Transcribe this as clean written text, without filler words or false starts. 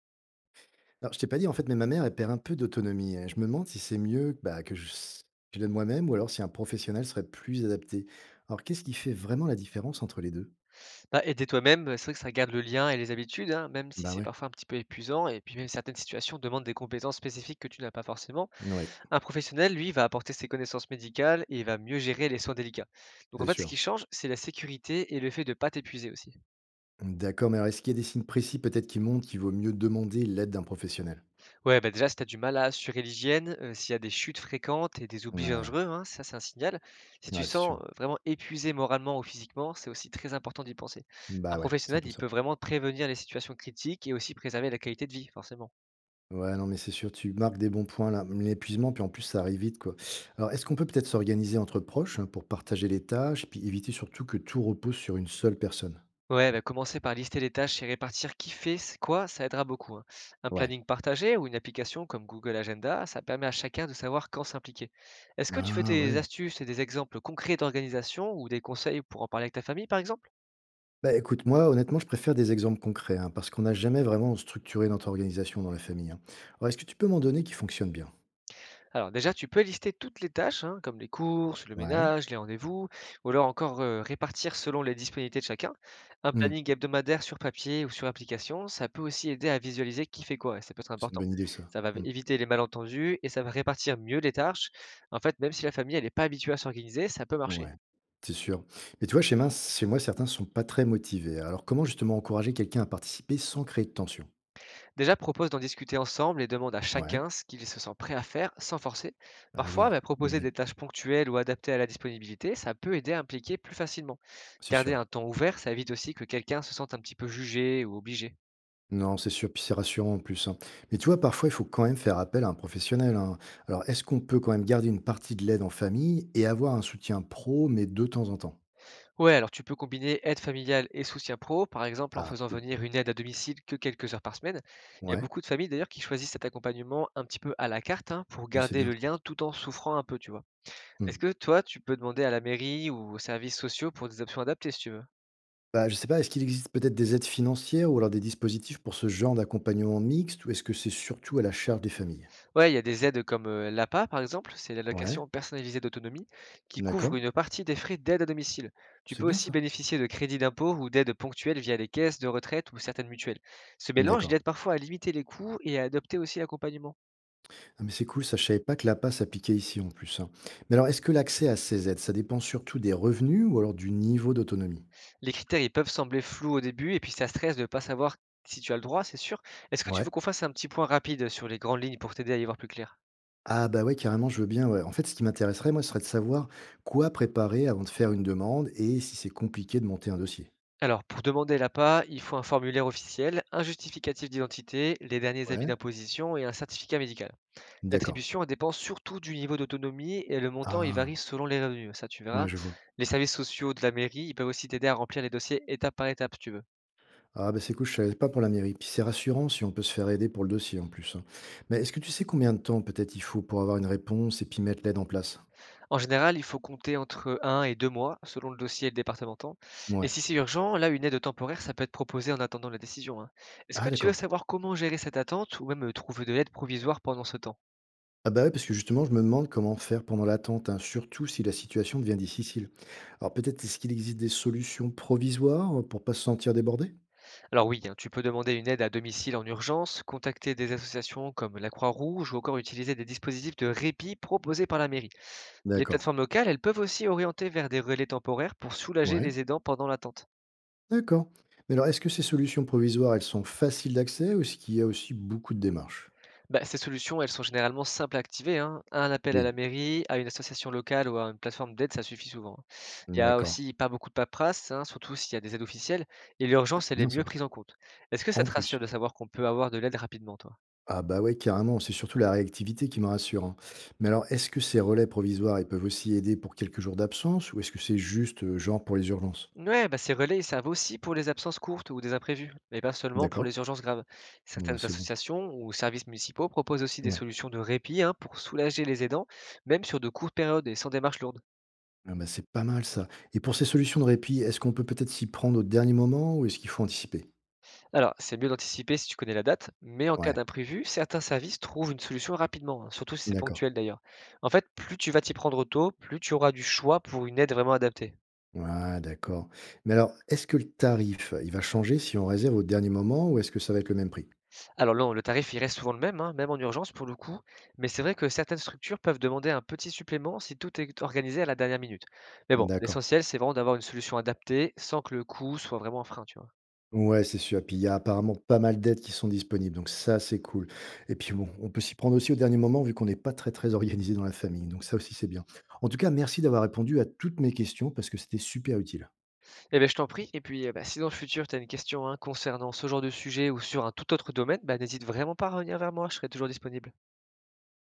Alors, je t'ai pas dit, en fait, mais ma mère, elle perd un peu d'autonomie, hein. Je me demande si c'est mieux, que je l'aide moi-même ou alors si un professionnel serait plus adapté. Alors, qu'est-ce qui fait vraiment la différence entre les deux? Bah, aider toi-même, c'est vrai que ça garde le lien et les habitudes, hein, même si Bah c'est ouais. parfois un petit peu épuisant, et puis même certaines situations demandent des compétences spécifiques que tu n'as pas forcément. Ouais, Un professionnel, lui, va apporter ses connaissances médicales et il va mieux gérer les soins délicats. Donc en c'est fait, ce sûr. qui change, c'est la sécurité et le fait de ne pas t'épuiser aussi. D'accord, mais alors est-ce qu'il y a des signes précis peut-être qui montrent qu'il vaut mieux demander l'aide d'un professionnel? Ouais, bah déjà, si tu as du mal à assurer l'hygiène, s'il y a des chutes fréquentes et des oublis Ouais, dangereux, hein, ça c'est un signal. Si tu ouais, c'est sens sûr. Vraiment épuisé moralement ou physiquement, c'est aussi très important d'y penser. Un Bah ouais, c'est un professionnel, peu il ça. peut vraiment prévenir les situations critiques et aussi préserver la qualité de vie, forcément. Ouais, non, mais c'est sûr, tu marques des bons points là. L'épuisement, puis en plus, ça arrive vite, quoi. Alors, est-ce qu'on peut peut-être s'organiser entre proches, hein, pour partager les tâches, puis éviter surtout que tout repose sur une seule personne? Ouais, bah, commencer par lister les tâches et répartir qui quoi, ça aidera beaucoup, hein. Un Ouais. planning partagé ou une application comme Google Agenda, ça permet à chacun de savoir quand s'impliquer. Est-ce que tu veux Ah des ouais. astuces et des exemples concrets d'organisation ou des conseils pour en parler avec ta famille, par exemple? Bah, écoute, moi, honnêtement, je préfère des exemples concrets, hein, parce qu'on n'a jamais vraiment structuré notre organisation dans la famille, hein. Alors, est-ce que tu peux m'en donner qui fonctionne bien? Alors déjà, tu peux lister toutes les tâches, hein, comme les courses, le Ouais. ménage, les rendez-vous, ou alors encore répartir selon les disponibilités de chacun. Un Hmm. planning hebdomadaire sur papier ou sur application, ça peut aussi aider à visualiser qui fait quoi, et ça peut être C'est une important. bonne idée, ça. Ça va Hmm. éviter les malentendus et ça va répartir mieux les tâches. En fait, même si la famille, elle n'est pas habituée à s'organiser, ça peut marcher. Ouais, c'est sûr. Mais tu vois, chez moi, certains sont pas très motivés. Alors, comment justement encourager quelqu'un à participer sans créer de tension? Déjà, propose d'en discuter ensemble et demande à Ouais. chacun ce qu'il se sent prêt à faire sans forcer. Ah Parfois, oui, bah, bonne proposer idée. des tâches ponctuelles ou adaptées à la disponibilité, ça peut aider à impliquer plus facilement. C'est Garder sûr. un temps ouvert, ça évite aussi que quelqu'un se sente un petit peu jugé ou obligé. Non, c'est sûr, puis c'est rassurant en plus, hein. Mais tu vois, parfois, il faut quand même faire appel à un professionnel, hein. Alors, est-ce qu'on peut quand même garder une partie de l'aide en famille et avoir un soutien pro, mais de temps en temps? Ouais, alors tu peux combiner aide familiale et soutien pro, par exemple en Ah, faisant cool. venir une aide à domicile que quelques heures par semaine. Il y a Ouais, beaucoup de familles d'ailleurs qui choisissent cet accompagnement un petit peu à la carte, hein, pour mais c'est garder bien. le lien tout en souffrant un peu, tu vois. Mmh. Est-ce que toi, tu peux demander à la mairie ou aux services sociaux pour des options adaptées si tu veux? Bah, je sais pas, est-ce qu'il existe peut-être des aides financières ou alors des dispositifs pour ce genre d'accompagnement mixte ou est-ce que c'est surtout à la charge des familles? Ouais, il y a des aides comme, l'APA, par exemple, c'est Ouais, l'allocation personnalisée d'autonomie, qui couvre d'accord. une partie des frais d'aide à domicile. Tu C'est peux bien aussi ça. bénéficier de crédits d'impôt ou d'aides ponctuelles via les caisses de retraite ou certaines mutuelles. Ce mélange, il D'accord. aide parfois à limiter les coûts et à adopter aussi l'accompagnement. Ah, mais c'est cool, ça, je savais pas que l'APA s'appliquait ici en plus, hein. Mais alors, est-ce que l'accès à ces aides, ça dépend surtout des revenus ou alors du niveau d'autonomie? Les critères, ils peuvent sembler flous au début et puis ça stresse de ne pas savoir si tu as le droit, c'est sûr. Est-ce que tu veux Ouais. qu'on fasse un petit point rapide sur les grandes lignes pour t'aider à y voir plus clair? Ah bah ouais, carrément, je veux bien, ouais. En fait, ce qui m'intéresserait, moi, ce serait de savoir quoi préparer avant de faire une demande et si c'est compliqué de monter un dossier. Alors, pour demander l'APA, il faut un formulaire officiel, un justificatif d'identité, les derniers avis Ouais. d'imposition et un certificat médical. D'accord. L'attribution, elle dépend surtout du niveau d'autonomie et le montant, il Ah, varie selon les revenus, ça tu ouais, verras. je vois. Les services sociaux de la mairie, ils peuvent aussi t'aider à remplir les dossiers étape par étape si tu veux. Ah ben c'est cool, je savais pas pour la mairie. Puis c'est rassurant si on peut se faire aider pour le dossier en plus, hein. Mais est-ce que tu sais combien de temps peut-être il faut pour avoir une réponse et puis mettre l'aide en place? En général, il faut compter entre un et 2 mois selon le dossier et le départemental. Et Ouais. si c'est urgent, là, une aide temporaire, ça peut être proposé en attendant la décision, hein. Est-ce que Ah tu veux d'accord. savoir comment gérer cette attente ou même trouver de l'aide provisoire pendant ce temps? Ah bah ouais, parce que justement, je me demande comment faire pendant l'attente, hein, surtout si la situation devient difficile. Alors peut-être est-ce qu'il existe des solutions provisoires, pour pas se sentir débordé? Alors oui, hein, tu peux demander une aide à domicile en urgence, contacter des associations comme la Croix-Rouge ou encore utiliser des dispositifs de répit proposés par la mairie. Les D'accord. plateformes locales, elles peuvent aussi orienter vers des relais temporaires pour soulager Ouais. les aidants pendant l'attente. D'accord. Mais alors est-ce que ces solutions provisoires, elles sont faciles d'accès ou est-ce qu'il y a aussi beaucoup de démarches? Bah, ces solutions, elles sont généralement simples à activer, hein. Un appel à la Oui. mairie, à une association locale ou à une plateforme d'aide, ça suffit souvent, hein. Il y a D'accord. aussi pas beaucoup de paperasse, hein, surtout s'il y a des aides officielles, et C'est l'urgence, elle est bien mieux ça. prise en compte. Est-ce que ça En te plus. rassure de savoir qu'on peut avoir de l'aide rapidement, toi? Ah bah ouais, carrément, c'est surtout la réactivité qui me rassure, hein. Mais alors, est-ce que ces relais provisoires, ils peuvent aussi aider pour quelques jours d'absence ou est-ce que c'est juste, genre pour les urgences? Ouais, bah, ces relais, ils servent aussi pour les absences courtes ou des imprévus, mais pas seulement pour D'accord? les urgences graves. Bon, bah, Certaines c'est bon. associations ou services municipaux proposent aussi des Ouais. solutions de répit, hein, pour soulager les aidants, même sur de courtes périodes et sans démarche lourde. Ah bah, c'est pas mal ça. Et pour ces solutions de répit, est-ce qu'on peut peut-être s'y prendre au dernier moment ou est-ce qu'il faut anticiper? Alors, c'est mieux d'anticiper si tu connais la date, mais en cas Ouais, d'imprévu, certains services trouvent une solution rapidement, hein, surtout si c'est d'accord. ponctuel d'ailleurs. En fait, plus tu vas t'y prendre tôt, plus tu auras du choix pour une aide vraiment adaptée. Ouais, d'accord. Mais alors, est-ce que le tarif, il va changer si on réserve au dernier moment ou est-ce que ça va être le même prix? Alors non, le tarif, il reste souvent le même, hein, même en urgence pour le coup, mais c'est vrai que certaines structures peuvent demander un petit supplément si tout est organisé à la dernière minute. Mais bon, D'accord. l'essentiel, c'est vraiment d'avoir une solution adaptée sans que le coût soit vraiment un frein, tu vois. Ouais, c'est sûr. Puis il y a apparemment pas mal d'aides qui sont disponibles, donc ça, c'est cool. Et puis bon, on peut s'y prendre aussi au dernier moment vu qu'on n'est pas très très organisé dans la famille, donc ça aussi c'est bien. En tout cas, merci d'avoir répondu à toutes mes questions parce que c'était super utile. Eh bien, je t'en prie, et puis bah, si dans le futur, tu as une question, hein, concernant ce genre de sujet ou sur un tout autre domaine, bah, n'hésite vraiment pas à revenir vers moi, je serai toujours disponible.